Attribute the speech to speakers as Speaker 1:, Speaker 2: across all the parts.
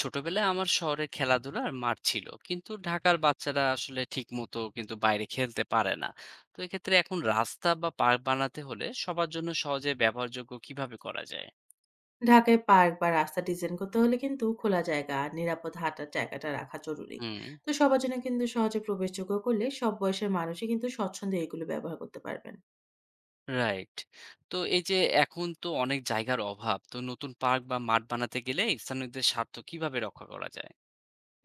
Speaker 1: ছোটবেলায় আমার শহরে খেলাধুলার মাঠ ছিল, কিন্তু ঢাকার বাচ্চারা আসলে ঠিক মতো কিন্তু বাইরে খেলতে পারে না। তো এক্ষেত্রে এখন রাস্তা বা পার্ক বানাতে হলে সবার জন্য সহজে ব্যবহারযোগ্য কিভাবে করা যায়?
Speaker 2: ঢাকায় পার্ক বা রাস্তা ডিজাইন করতে হলে কিন্তু খোলা জায়গা আর নিরাপদ হাঁটার জায়গাটা রাখা জরুরি।
Speaker 1: হুম।
Speaker 2: তো সবার জন্য কিন্তু সহজে প্রবেশযোগ্য করলে সব বয়সের মানুষই কিন্তু স্বচ্ছন্দে এগুলো ব্যবহার করতে পারবেন।
Speaker 1: রাইট। তো এই যে, এখন তো অনেক জায়গার অভাব। তো নতুন পার্ক বা মাঠ বানাতে গেলে স্থানীয়দের স্বার্থ কিভাবে রক্ষা করা যায়?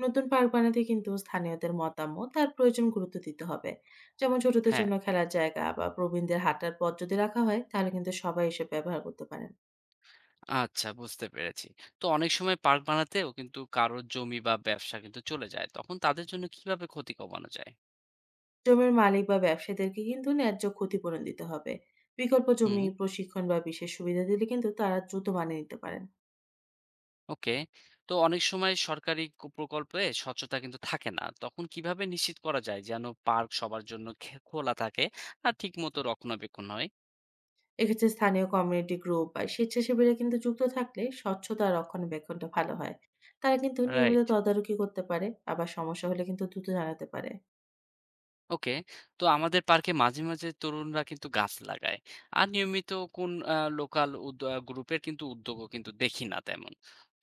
Speaker 2: নতুন পার্ক বানাতে কিন্তু স্থানীয়দের মতামত আর প্রয়োজন গুরুত্ব দিতে হবে। যেমন ছোটদের
Speaker 1: হ্যাঁ।
Speaker 2: জন্য খেলার জায়গা বা প্রবীণদের হাঁটার পথ যদি রাখা হয় তাহলে কিন্তু সবাই এসব ব্যবহার করতে পারেন।
Speaker 1: আচ্ছা, বুঝতে পেরেছি। তো অনেক সময় পার্ক বানাতেও কিন্তু কারোর জমি বা ব্যবসা কিন্তু চলে যায়, তখন তাদের জন্য কিভাবে ক্ষতি কমানো যায়?
Speaker 2: জমির মালিক বা ব্যবসায়ীদেরকে কিন্তু ন্যায্য ক্ষতিপূরণ দিতে হবে। বিকল্প জমি
Speaker 1: হুম।
Speaker 2: প্রশিক্ষণ বা বিশেষ সুবিধা দিলে কিন্তু তারা দ্রুত মানিয়ে নিতে পারেন।
Speaker 1: ওকে। তো অনেক সময় সরকারি প্রকল্পে স্বচ্ছতা কিন্তু থাকে না। তখন কিভাবে নিশ্চিত করা যায় যেন পার্ক সবার জন্য খোলা থাকে আর ঠিকমতো রক্ষণাবেক্ষণ হয়?
Speaker 2: এক্ষেত্রে স্থানীয় কমিউনিটি গ্রুপ বা স্বেচ্ছাসেবীরা কিন্তু যুক্ত থাকলে স্বচ্ছতা আর রক্ষণাবেক্ষণটা ভালো হয়। তারা কিন্তু নিয়মিত
Speaker 1: রাইট।
Speaker 2: তদারকি করতে পারে। আবার সমস্যা হলে কিন্তু দ্রুত জানাতে পারে।
Speaker 1: ওকে। তো আমাদের পার্কে মাঝে, মাঝে তরুণরা কিন্তু গাছ লাগায়। আর নিয়মিত কোন লোকাল উদ আ গ্রুপের কিন্তু উদ্যোগও কিন্তু দেখি না তেমন।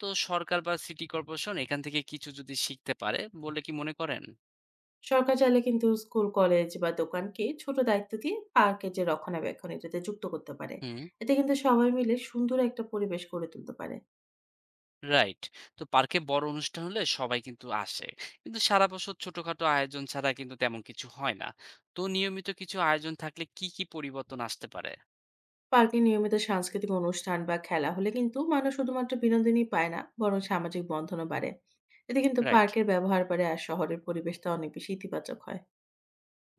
Speaker 1: তো সরকার বা সিটি কর্পোরেশন এখান থেকে কিছু যদি শিখতে পারে বলে কি মনে করেন?
Speaker 2: সরকার চাইলে কিন্তু স্কুল কলেজ বা দোকানকে ছোট দায়িত্ব দিয়ে পার্কের যে রক্ষণাবেক্ষণ এটাতে যুক্ত করতে পারে।
Speaker 1: হুম।
Speaker 2: এতে কিন্তু সবাই মিলে সুন্দর একটা পরিবেশ গড়ে তুলতে পারে।
Speaker 1: রাইট। তো পার্কে বড় অনুষ্ঠান হলে সবাই কিন্তু আসে। কিন্তু সারা বছর ছোটখাটো আয়োজন ছাড়া কিন্তু তেমন কিছু হয় না। তো নিয়মিত কিছু আয়োজন থাকলে কি, কি পরিবর্তন আসতে পারে?
Speaker 2: পার্কে নিয়মিত সাংস্কৃতিক অনুষ্ঠান বা খেলা হলে কিন্তু মানুষ শুধুমাত্র বিনোদনই পায় না বরং সামাজিক বন্ধনও বাড়ে। এতে কিন্তু
Speaker 1: রাইট।
Speaker 2: পার্কের ব্যবহার বাড়ে আর শহরের পরিবেশটা অনেক বেশি ইতিবাচক হয়।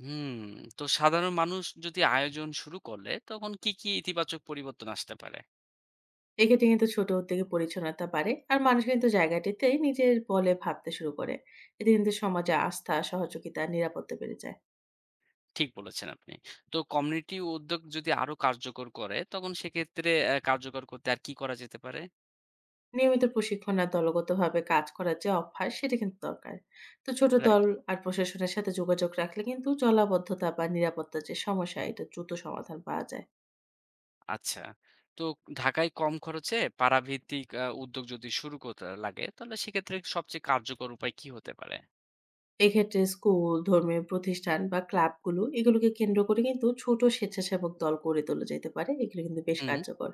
Speaker 1: হুম। তো সাধারণ মানুষ যদি আয়োজন শুরু করলে তখন কি, কি ইতিবাচক পরিবর্তন আসতে পারে?
Speaker 2: এক্ষেত্রে কিন্তু ছোট উদ্যোগে পরিচ্ছন্নতা বাড়ে আর মানুষ কিন্তু জায়গাটিতে নিজের বলে ভাবতে শুরু করে। এতে কিন্তু সমাজে আস্থা সহযোগিতা আর নিরাপত্তা বেড়ে যায়।
Speaker 1: ঠিক বলেছেন আপনি। তো কমিউনিটি উদ্যোগ যদি আরো কার্যকর করে তখন সেক্ষেত্রে কার্যকর করতে আর কি করা যেতে পারে?
Speaker 2: নিয়মিত প্রশিক্ষণ আর দলগতভাবে কাজ করার যে অভ্যাস সেটা কিন্তু দরকার। তো ছোট
Speaker 1: রাইট।
Speaker 2: দল আর প্রশাসনের সাথে যোগাযোগ রাখলে কিন্তু জলাবদ্ধতা বা নিরাপত্তার যে সমস্যা এটা দ্রুত সমাধান পাওয়া যায়।
Speaker 1: আচ্ছা। তো ঢাকায় কম খরচে পাড়াভিত্তিক উদ্যোগ যদি শুরু করতে লাগে, তাহলে সেক্ষেত্রে সবচেয়ে কার্যকর উপায় কি হতে পারে?
Speaker 2: এক্ষেত্রে স্কুল, ধর্মীয় প্রতিষ্ঠান বা ক্লাবগুলো এগুলোকে কেন্দ্র করে কিন্তু ছোট স্বেচ্ছাসেবক দল গড়ে তোলা যেতে পারে। এগুলো কিন্তু বেশ
Speaker 1: হুম।
Speaker 2: কার্যকর।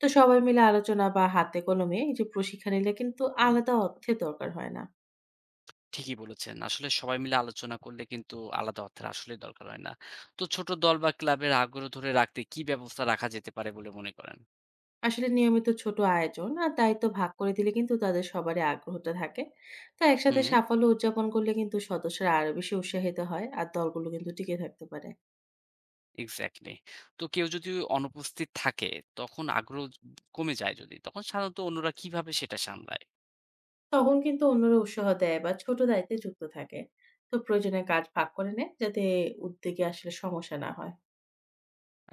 Speaker 2: তো সবাই মিলে আলোচনা বা হাতে কলমে এই যে প্রশিক্ষণ নিলে কিন্তু আলাদা অর্থের দরকার হয় না।
Speaker 1: ঠিকই বলেছেন। আসলে সবাই মিলে আলোচনা করলে কিন্তু আলাদা অর্থের আসলেই দরকার হয় না। তো ছোট দল বা ক্লাবের আগ্রহ ধরে রাখতে কি ব্যবস্থা রাখা যেতে পারে বলে মনে করেন?
Speaker 2: আসলে নিয়মিত ছোট আয়োজন আর দায়িত্ব ভাগ করে দিলে কিন্তু তাদের সবারই আগ্রহটা থাকে। তো একসাথে
Speaker 1: হুম।
Speaker 2: সাফল্য উদযাপন করলে কিন্তু সদস্যরা আরো বেশি উৎসাহিত হয় আর দলগুলো কিন্তু টিকে থাকতে পারে।
Speaker 1: এক্সাক্টলি। তো কেউ যদি অনুপস্থিত থাকে, তখন আগ্রহ কমে যায় যদি, তখন সাধারণত অন্যরা কিভাবে সেটা সামলায়?
Speaker 2: তখন কিন্তু অন্যরা উৎসাহ দেয় বা ছোট দায়িত্বে যুক্ত থাকে। তো প্রয়োজনে কাজ ভাগ করে নেয় যাতে উদ্যোগে আসলে সমস্যা না হয়।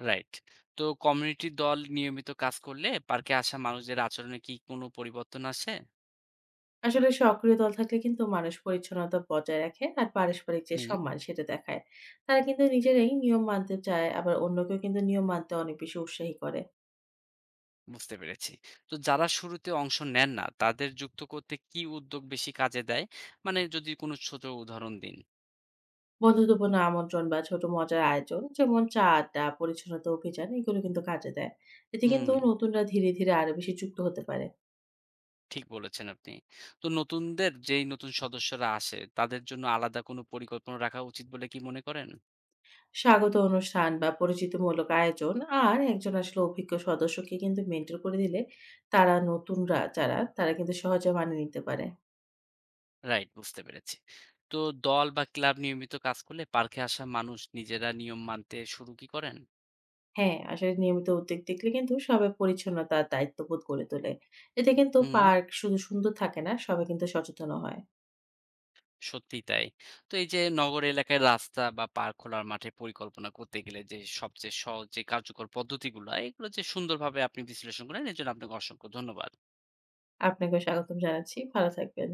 Speaker 1: রাইট। তো কমিউনিটি দল নিয়মিত কাজ করলে পার্কে আসা মানুষদের আচরণে কি কোনো পরিবর্তন আসে?
Speaker 2: আসলে সক্রিয় দল থাকলে কিন্তু মানুষ পরিচ্ছন্নতা বজায় রাখে আর পারস্পরিক যে
Speaker 1: হুম।
Speaker 2: সম্মান সেটা দেখায়। তারা কিন্তু নিজেরাই নিয়ম মানতে চায় আবার অন্যকেও কিন্তু নিয়ম মানতে অনেক বেশি উৎসাহী করে।
Speaker 1: বুঝতে পেরেছি। তো যারা শুরুতে অংশ নেন না তাদের যুক্ত করতে কি উদ্যোগ বেশি কাজে দেয়? মানে যদি কোনো ছোট উদাহরণ দিন।
Speaker 2: বন্ধুত্বপূর্ণ আমন্ত্রণ বা ছোট মজার আয়োজন যেমন চা আড্ডা পরিচ্ছন্নতা অভিযান এগুলো কিন্তু কাজে দেয়। এতে কিন্তু
Speaker 1: হুম,
Speaker 2: নতুনরা ধীরে ধীরে আরো বেশি যুক্ত হতে পারে।
Speaker 1: ঠিক বলেছেন আপনি। তো নতুন সদস্যরা আসে তাদের জন্য আলাদা কোনো পরিকল্পনা রাখা উচিত বলে কি মনে করেন?
Speaker 2: স্বাগত অনুষ্ঠান বা পরিচিতিমূলক আয়োজন আর একজন আসলে অভিজ্ঞ সদস্যকে কিন্তু মেন্টর করে দিলে তারা নতুনরা যারা তারা কিন্তু সহজে মানিয়ে নিতে পারে।
Speaker 1: রাইট, বুঝতে পেরেছি। তো দল বা ক্লাব নিয়মিত কাজ করলে পার্কে আসা মানুষ নিজেরা নিয়ম মানতে শুরু কি করেন?
Speaker 2: হ্যাঁ আসলে নিয়মিত উদ্যোগ দেখলে কিন্তু সবাই পরিচ্ছন্নতার দায়িত্ববোধ গড়ে তোলে। এতে কিন্তু
Speaker 1: হুম।
Speaker 2: পার্ক শুধু সুন্দর থাকে না সবাই কিন্তু সচেতন হয়।
Speaker 1: সত্যিই তাই। তো এই যে নগর এলাকায় রাস্তা বা পার্ক খোলার মাঠের পরিকল্পনা করতে গেলে যে সবচেয়ে সহজ যে কার্যকর পদ্ধতিগুলা, এগুলো যে সুন্দরভাবে আপনি বিশ্লেষণ করলেন এর জন্য আপনাকে অসংখ্য ধন্যবাদ।
Speaker 2: আপনাকে স্বাগতম জানাচ্ছি, ভালো থাকবেন।